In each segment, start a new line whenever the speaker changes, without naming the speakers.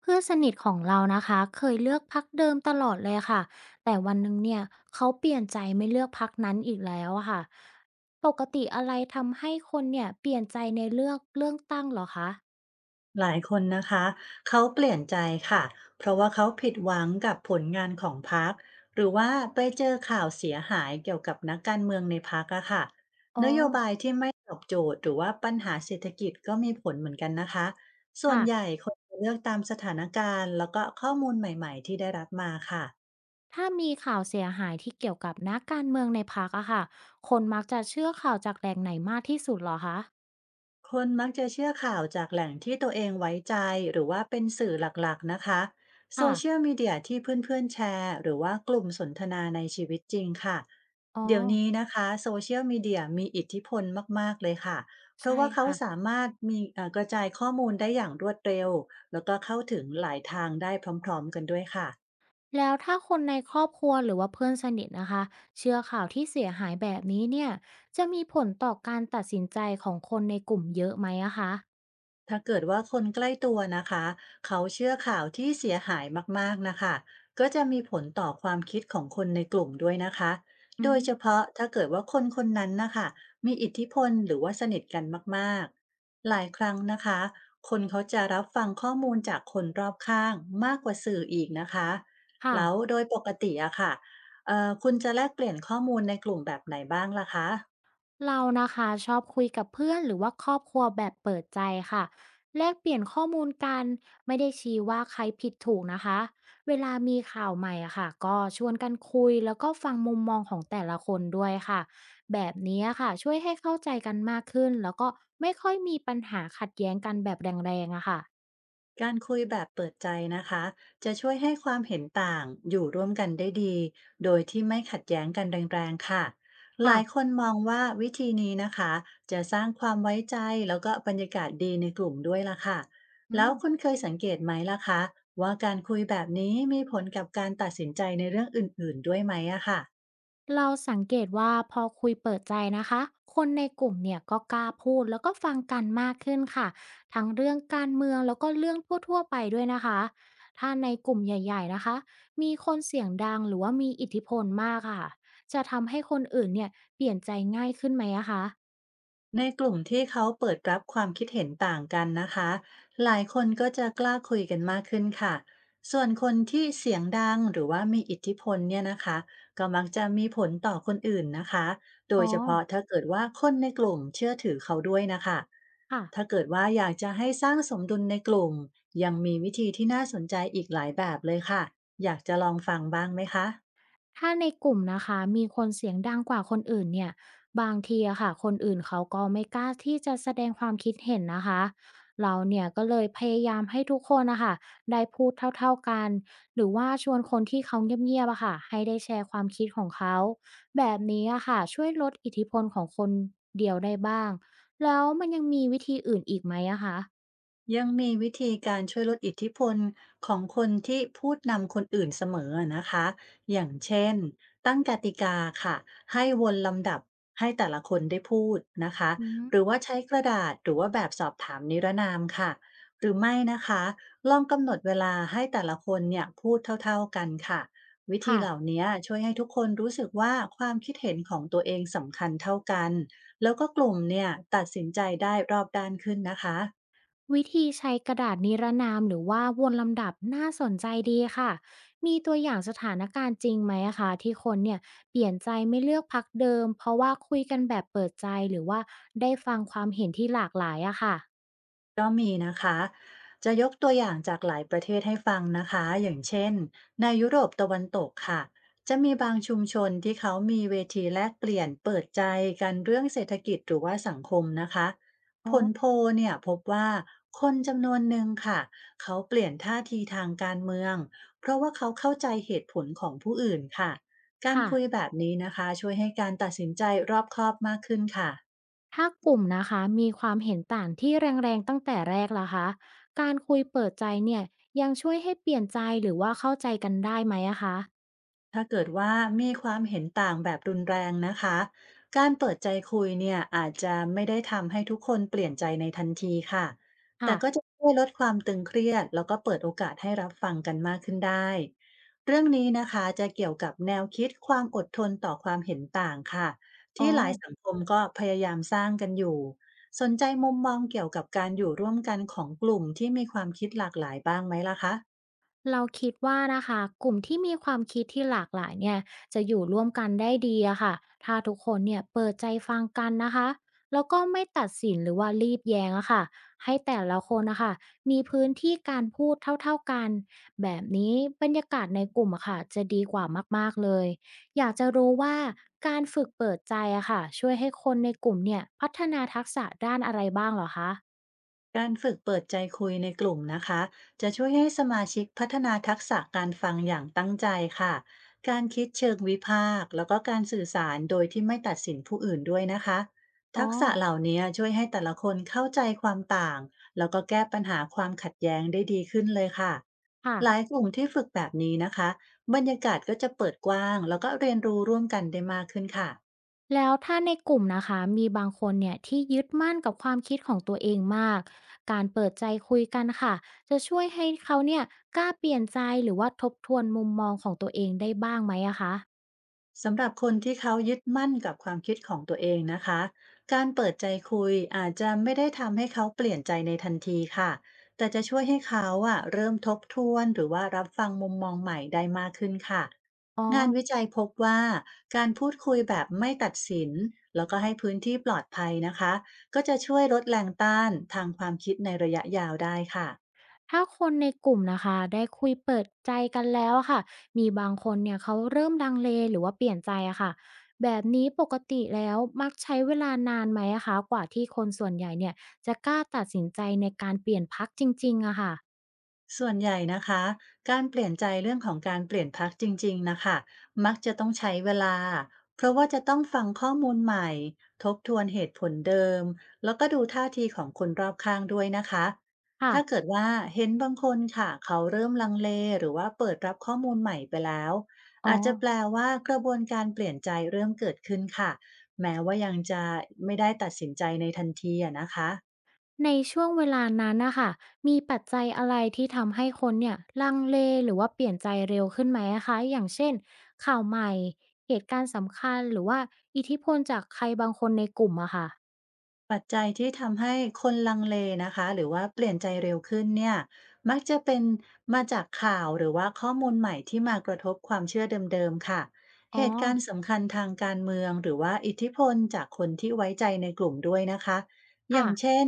เพื่อนสนิทของเรานะคะเคยเลือกพักเดิมตลอดเลยค่ะแต่วันหนึ่งเนี่ยเขาเปลี่ยนใจไม่เลือกพักนั้นอีกแล้วอะค่ะปกติอะไรทำให้คนเนี่ยเปลี่ยนใจในเลือกเรื่องตั้งเหรอคะ
หลายคนนะคะเขาเปลี่ยนใจค่ะเพราะว่าเขาผิดหวังกับผลงานของพรรคหรือว่าไปเจอข่าวเสียหายเกี่ยวกับนักการเมืองในพรรคอะค่ะ
อ๋อ
นโยบายที่ไม่ตอบโจทย์หรือว่าปัญหาเศรษฐกิจก็มีผลเหมือนกันนะคะส่วนใหญ่
ค่ะ
คนจะเลือกตามสถานการณ์แล้วก็ข้อมูลใหม่ๆที่ได้รับมาค่ะ
ถ้ามีข่าวเสียหายที่เกี่ยวกับนักการเมืองในพักอะค่ะคนมักจะเชื่อข่าวจากแหล่งไหนมากที่สุดเหรอคะ
คนมักจะเชื่อข่าวจากแหล่งที่ตัวเองไว้ใจหรือว่าเป็นสื่อหลักๆนะคะโซ
ค่ะ
เชียลมีเดียที่เพื่อนๆแชร์หรือว่ากลุ่มสนทนาในชีวิตจริงค่ะ
อ๋อ
เดี๋ยวนี้นะคะโซเชียลมีเดียมีอิทธิพลมากๆเลยค่ะเพ
ใช่
ราะว่าเขาสา
ค่ะ
มารถมีกระจายข้อมูลได้อย่างรวดเร็วแล้วก็เข้าถึงหลายทางได้พร้อมๆกันด้วยค่ะ
แล้วถ้าคนในครอบครัวหรือว่าเพื่อนสนิทนะคะเชื่อข่าวที่เสียหายแบบนี้เนี่ยจะมีผลต่อการตัดสินใจของคนในกลุ่มเยอะไหมอะคะ
ถ้าเกิดว่าคนใกล้ตัวนะคะเขาเชื่อข่าวที่เสียหายมากๆนะคะก็จะมีผลต่อความคิดของคนในกลุ่มด้วยนะคะ
อื
โด
ม
ยเฉพาะถ้าเกิดว่าคนคนนั้นนะคะมีอิทธิพลหรือว่าสนิทกันมากๆหลายครั้งนะคะคนเขาจะรับฟังข้อมูลจากคนรอบข้างมากกว่าสื่ออีกนะคะ
ค่ะ
แล้วโดยปกติอะค่ะคุณจะแลกเปลี่ยนข้อมูลในกลุ่มแบบไหนบ้างล่ะคะ
เรานะคะชอบคุยกับเพื่อนหรือว่าครอบครัวแบบเปิดใจค่ะแลกเปลี่ยนข้อมูลกันไม่ได้ชี้ว่าใครผิดถูกนะคะเวลามีข่าวใหม่อะค่ะก็ชวนกันคุยแล้วก็ฟังมุมมองของแต่ละคนด้วยค่ะแบบนี้ค่ะช่วยให้เข้าใจกันมากขึ้นแล้วก็ไม่ค่อยมีปัญหาขัดแย้งกันแบบแรงๆอะค่ะ
การคุยแบบเปิดใจนะคะจะช่วยให้ความเห็นต่างอยู่ร่วมกันได้ดีโดยที่ไม่ขัดแย้งกันแรงๆค่ะห
ค่ะ
ลายคนมองว่าวิธีนี้นะคะจะสร้างความไว้ใจแล้วก็บรรยากาศดีในกลุ่มด้วยล่ะค่ะ
อื
แล้ว
ม
คุณเคยสังเกตไหมล่ะคะว่าการคุยแบบนี้มีผลกับการตัดสินใจในเรื่องอื่นๆด้วยไหมอะค่ะ
เราสังเกตว่าพอคุยเปิดใจนะคะ คนในกลุ่มเนี่ยก็กล้าพูดแล้วก็ฟังกันมากขึ้นค่ะ ทั้งเรื่องการเมืองแล้วก็เรื่องทั่วๆไปด้วยนะคะ ถ้าในกลุ่มใหญ่ๆนะคะ มีคนเสียงดังหรือว่ามีอิทธิพลมากค่ะจะทำให้คนอื่นเนี่ยเปลี่ยนใจง่ายขึ้นไหมอะคะ
ในกลุ่มที่เขาเปิดรับความคิดเห็นต่างกันนะคะหลายคนก็จะกล้าคุยกันมากขึ้นค่ะส่วนคนที่เสียงดังหรือว่ามีอิทธิพลเนี่ยนะคะก็มักจะมีผลต่อคนอื่นนะคะโด
อ๋
ย
อ
เฉพาะถ้าเกิดว่าคนในกลุ่มเชื่อถือเขาด้วยนะคะ
ค่ะ
ถ้าเกิดว่าอยากจะให้สร้างสมดุลในกลุ่มยังมีวิธีที่น่าสนใจอีกหลายแบบเลยค่ะอยากจะลองฟังบ้างไหมคะ
ถ้าในกลุ่มนะคะมีคนเสียงดังกว่าคนอื่นเนี่ยบางทีอะค่ะคนอื่นเขาก็ไม่กล้าที่จะแสดงความคิดเห็นนะคะเราเนี่ยก็เลยพยายามให้ทุกคนนะคะได้พูดเท่าๆกันหรือว่าชวนคนที่เขาเงียบๆอะค่ะให้ได้แชร์ความคิดของเขาแบบนี้อะค่ะช่วยลดอิทธิพลของคนเดียวได้บ้างแล้วมันยังมีวิธีอื่นอีกไหมอะคะ
ยังมีวิธีการช่วยลดอิทธิพลของคนที่พูดนำคนอื่นเสมอนะคะอย่างเช่น ตั้งกติกาค่ะ ให้วนลำดับให้แต่ละคนได้พูดนะคะ
อื
ห
ม
รือว่าใช้กระดาษหรือว่าแบบสอบถามนิรนามค่ะหรือไม่นะคะลองกำหนดเวลาให้แต่ละคนเนี่ยพูดเท่าๆกันค่ะวิธี
ค่ะ
เหล่านี้ช่วยให้ทุกคนรู้สึกว่าความคิดเห็นของตัวเองสำคัญเท่ากันแล้วก็กลุ่มเนี่ยตัดสินใจได้รอบด้านขึ้นนะคะ
วิธีใช้กระดาษนิรนามหรือว่าวนลำดับน่าสนใจดีค่ะมีตัวอย่างสถานการณ์จริงไหมอะคะที่คนเนี่ยเปลี่ยนใจไม่เลือกพรรคเดิมเพราะว่าคุยกันแบบเปิดใจหรือว่าได้ฟังความเห็นที่หลากหลายอะค่ะ
ก็มีนะคะจะยกตัวอย่างจากหลายประเทศให้ฟังนะคะอย่างเช่น ในยุโรปตะวันตกค่ะจะมีบางชุมชนที่เขามีเวทีแลกเปลี่ยนเปิดใจกันเรื่องเศรษฐกิจหรือว่าสังคมนะคะ
อ๋
ผลโพ
อ
ลเนี่ยพบว่าคนจำนวนหนึ่งค่ะเขาเปลี่ยนท่าทีทางการเมือง เพราะว่าเขาเข้าใจเหตุผลของผู้อื่นค่ะการ
ค่ะ
คุยแบบนี้นะคะช่วยให้การตัดสินใจรอบคอบมากขึ้นค่ะ
ถ้ากลุ่มนะคะมีความเห็นต่างที่แรงๆตั้งแต่แรกล่ะคะการคุยเปิดใจเนี่ยยังช่วยให้เปลี่ยนใจหรือว่าเข้าใจกันได้ไหมอะคะ
ถ้าเกิดว่ามีความเห็นต่างแบบรุนแรงนะคะ การเปิดใจคุยเนี่ยอาจจะไม่ได้ทำให้ทุกคนเปลี่ยนใจในทันทีค่ะแต่
ค่ะ
ก็จะช่วยลดความตึงเครียดแล้วก็เปิดโอกาสให้รับฟังกันมากขึ้นได้ เรื่องนี้นะคะจะเกี่ยวกับแนวคิดความอดทนต่อความเห็นต่างค่ะ
อ๋อ
ที่หลายสังคมก็พยายามสร้างกันอยู่ สนใจมุมมองเกี่ยวกับการอยู่ร่วมกันของกลุ่มที่มีความคิดหลากหลายบ้างไหมล่ะคะ
เราคิดว่านะคะกลุ่มที่มีความคิดที่หลากหลายเนี่ยจะอยู่ร่วมกันได้ดีอะค่ะถ้าทุกคนเนี่ยเปิดใจฟังกันนะคะแล้วก็ไม่ตัดสินหรือว่ารีบแย้งอะค่ะให้แต่ละคนนะคะมีพื้นที่การพูดเท่าๆกันแบบนี้บรรยากาศในกลุ่มอะค่ะจะดีกว่ามากๆเลยอยากจะรู้ว่าการฝึกเปิดใจอะค่ะช่วยให้คนในกลุ่มเนี่ยพัฒนาทักษะด้านอะไรบ้างเหรอคะ
การฝึกเปิดใจคุยในกลุ่มนะคะจะช่วยให้สมาชิกพัฒนาทักษะการฟังอย่างตั้งใจค่ะการคิดเชิงวิพากษ์แล้วก็การสื่อสารโดยที่ไม่ตัดสินผู้อื่นด้วยนะคะ
อ๋อ
ทักษะเหล่านี้ช่วยให้แต่ละคนเข้าใจความต่างแล้วก็แก้ปัญหาความขัดแย้งได้ดีขึ้นเลยค่ะ
ค่ะ
หลายกลุ่มที่ฝึกแบบนี้นะคะบรรยากาศก็จะเปิดกว้างแล้วก็เรียนรู้ร่วมกันได้มากขึ้นค่ะ
แล้วถ้าในกลุ่มนะคะมีบางคนเนี่ยที่ยึดมั่นกับความคิดของตัวเองมากการเปิดใจคุยกันค่ะจะช่วยให้เขาเนี่ยกล้าเปลี่ยนใจหรือว่าทบทวนมุมมองของตัวเองได้บ้างไหมอะคะ
สำหรับคนที่เขายึดมั่นกับความคิดของตัวเองนะคะ การเปิดใจคุยอาจจะไม่ได้ทำให้เขาเปลี่ยนใจในทันทีค่ะ แต่จะช่วยให้เขาเริ่มทบทวนหรือว่ารับฟังมุมมองใหม่ได้มากขึ้นค่ะ
อ๋อ
งานวิจัยพบว่าการพูดคุยแบบไม่ตัดสินแล้วก็ให้พื้นที่ปลอดภัยนะคะ ก็จะช่วยลดแรงต้านทางความคิดในระยะยาวได้ค่ะ
ถ้าคนในกลุ่มนะคะได้คุยเปิดใจกันแล้วอะค่ะมีบางคนเนี่ยเขาเริ่มลังเลหรือว่าเปลี่ยนใจอะค่ะแบบนี้ปกติแล้วมักใช้เวลานานไหมอะคะกว่าที่คนส่วนใหญ่เนี่ยจะกล้าตัดสินใจในการเปลี่ยนพรรคจริงๆอะค่ะ
ส่วนใหญ่นะคะการเปลี่ยนใจเรื่องของการเปลี่ยนพรรคจริงๆนะคะมักจะต้องใช้เวลาเพราะว่าจะต้องฟังข้อมูลใหม่ทบทวนเหตุผลเดิมแล้วก็ดูท่าทีของคนรอบข้างด้วยนะคะ
ค่ะ
ถ้าเกิดว่าเห็นบางคนค่ะเขาเริ่มลังเลหรือว่าเปิดรับข้อมูลใหม่ไปแล้ว
อ๋อ
อาจจะแปลว่ากระบวนการเปลี่ยนใจเริ่มเกิดขึ้นค่ะแม้ว่ายังจะไม่ได้ตัดสินใจในทันทีอะนะคะ
ในช่วงเวลานั้นนะคะมีปัจจัยอะไรที่ทำให้คนเนี่ยลังเลหรือว่าเปลี่ยนใจเร็วขึ้นไหมอะคะอย่างเช่นข่าวใหม่เหตุการณ์สำคัญหรือว่าอิทธิพลจากใครบางคนในกลุ่มอะค่ะ
ปัจจัยที่ทำให้คนลังเลนะคะหรือว่าเปลี่ยนใจเร็วขึ้นเนี่ยมักจะเป็นมาจากข่าวหรือว่าข้อมูลใหม่ที่มากระทบความเชื่อเดิมๆค่ะ
อ๋
เห
อ
ตุการณ์สำคัญทางการเมืองหรือว่าอิทธิพลจากคนที่ไว้ใจในกลุ่มด้วยนะคะอ
ค่ะ
ย่างเช่น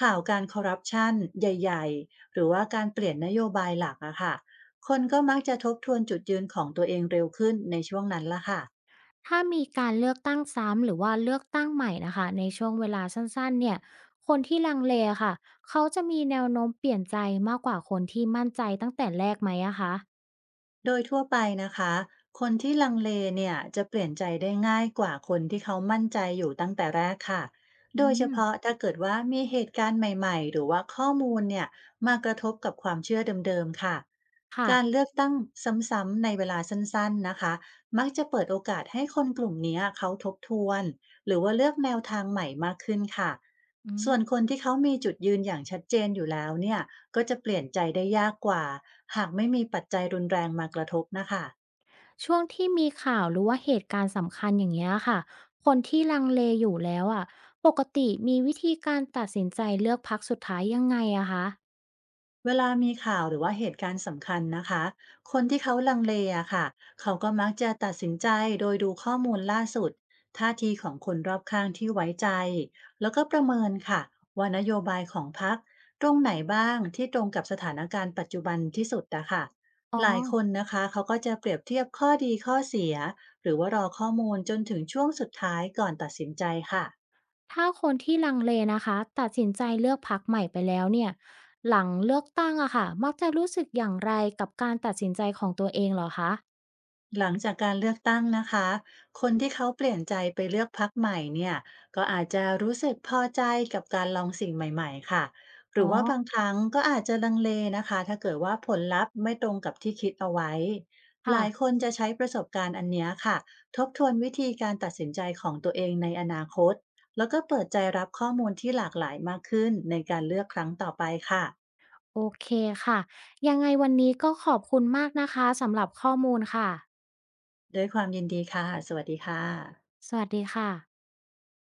ข่าวการคอร์รัปชันใหญ่ๆหรือว่าการเปลี่ยนนโยบายหลักอะค่ะคนก็มักจะทบทวนจุดยืนของตัวเองเร็วขึ้นในช่วงนั้นละค่ะ
ถ้ามีการเลือกตั้งซ้ำหรือว่าเลือกตั้งใหม่นะค่ะในช่วงเวลาสั้นๆเนี่ยคนที่ลังเลอะค่ะเขาจะมีแนวโน้มเปลี่ยนใจมากกว่าคนที่มั่นใจตั้งแต่แรกไหมอะคะ
โดยทั่วไปนะคะ คนที่ลังเลเนี่ยจะเปลี่ยนใจได้ง่ายกว่าคนที่เขามั่นใจอยู่ตั้งแต่แรกค่ะ โด
อื
ยเฉ
ม
พาะถ้าเกิดว่ามีเหตุการณ์ใหม่ๆหรือว่าข้อมูลเนี่ยมากระทบกับความเชื่อเดิมๆค่ะ
ค่ะ
การเลือกตั้งซ้ำๆในเวลาสั้นๆนะคะมักจะเปิดโอกาสให้คนกลุ่มเนี้ยเขาทบทวนหรือว่าเลือกแนวทางใหม่มากขึ้นค่ะ
อืม
ส่วนคนที่เขามีจุดยืนอย่างชัดเจนอยู่แล้วเนี่ย ก็จะเปลี่ยนใจได้ยากกว่าหากไม่มีปัจจัยรุนแรงมากระทบนะคะ
ช่วงที่มีข่าวหรือว่าเหตุการณ์สำคัญอย่างเงี้ยค่ะคนที่ลังเลอยู่แล้วอ่ะปกติมีวิธีการตัดสินใจเลือกพรรคสุดท้ายยังไงอะคะ
เวลามีข่าวหรือว่าเหตุการณ์สำคัญนะคะ คนที่เขาลังเลอะค่ะเขาก็มักจะตัดสินใจโดยดูข้อมูลล่าสุดท่าทีของคนรอบข้างที่ไว้ใจแล้วก็ประเมินค่ะว่านโยบายของพรรคตรงไหนบ้างที่ตรงกับสถานการณ์ปัจจุบันที่สุดอะค่ะ
อ๋อ
หลายคนนะคะเขาก็จะเปรียบเทียบข้อดีข้อเสียหรือว่ารอข้อมูลจนถึงช่วงสุดท้ายก่อนตัดสินใจค่ะ
ถ้าคนที่ลังเลนะคะตัดสินใจเลือกพรรคใหม่ไปแล้วเนี่ยหลังเลือกตั้งอะค่ะมักจะรู้สึกอย่างไรกับการตัดสินใจของตัวเองเหรอคะ
หลังจากการเลือกตั้งนะคะ คนที่เขาเปลี่ยนใจไปเลือกพรรคใหม่เนี่ยก็อาจจะรู้สึกพอใจกับการลองสิ่งใหม่ๆค่ะห
อ๋
รื
อ
อว่าบางครั้งก็อาจจะลังเลนะคะถ้าเกิดว่าผลลัพธ์ไม่ตรงกับที่คิดเอาไว้ห
ค่ะ
ลายคนจะใช้ประสบการณ์อันเนี้ยค่ะทบทวนวิธีการตัดสินใจของตัวเองในอนาคตแล้วก็เปิดใจรับข้อมูลที่หลากหลายมากขึ้นในการเลือกครั้งต่อไปค่ะ
โอเคค่ะยังไงวันนี้ก็ขอบคุณมากนะคะสำหรับข้อมูลค่ะ
ด้วยความยินดีค่ะสวัสดีค่ะ
สวัสดีค่ะ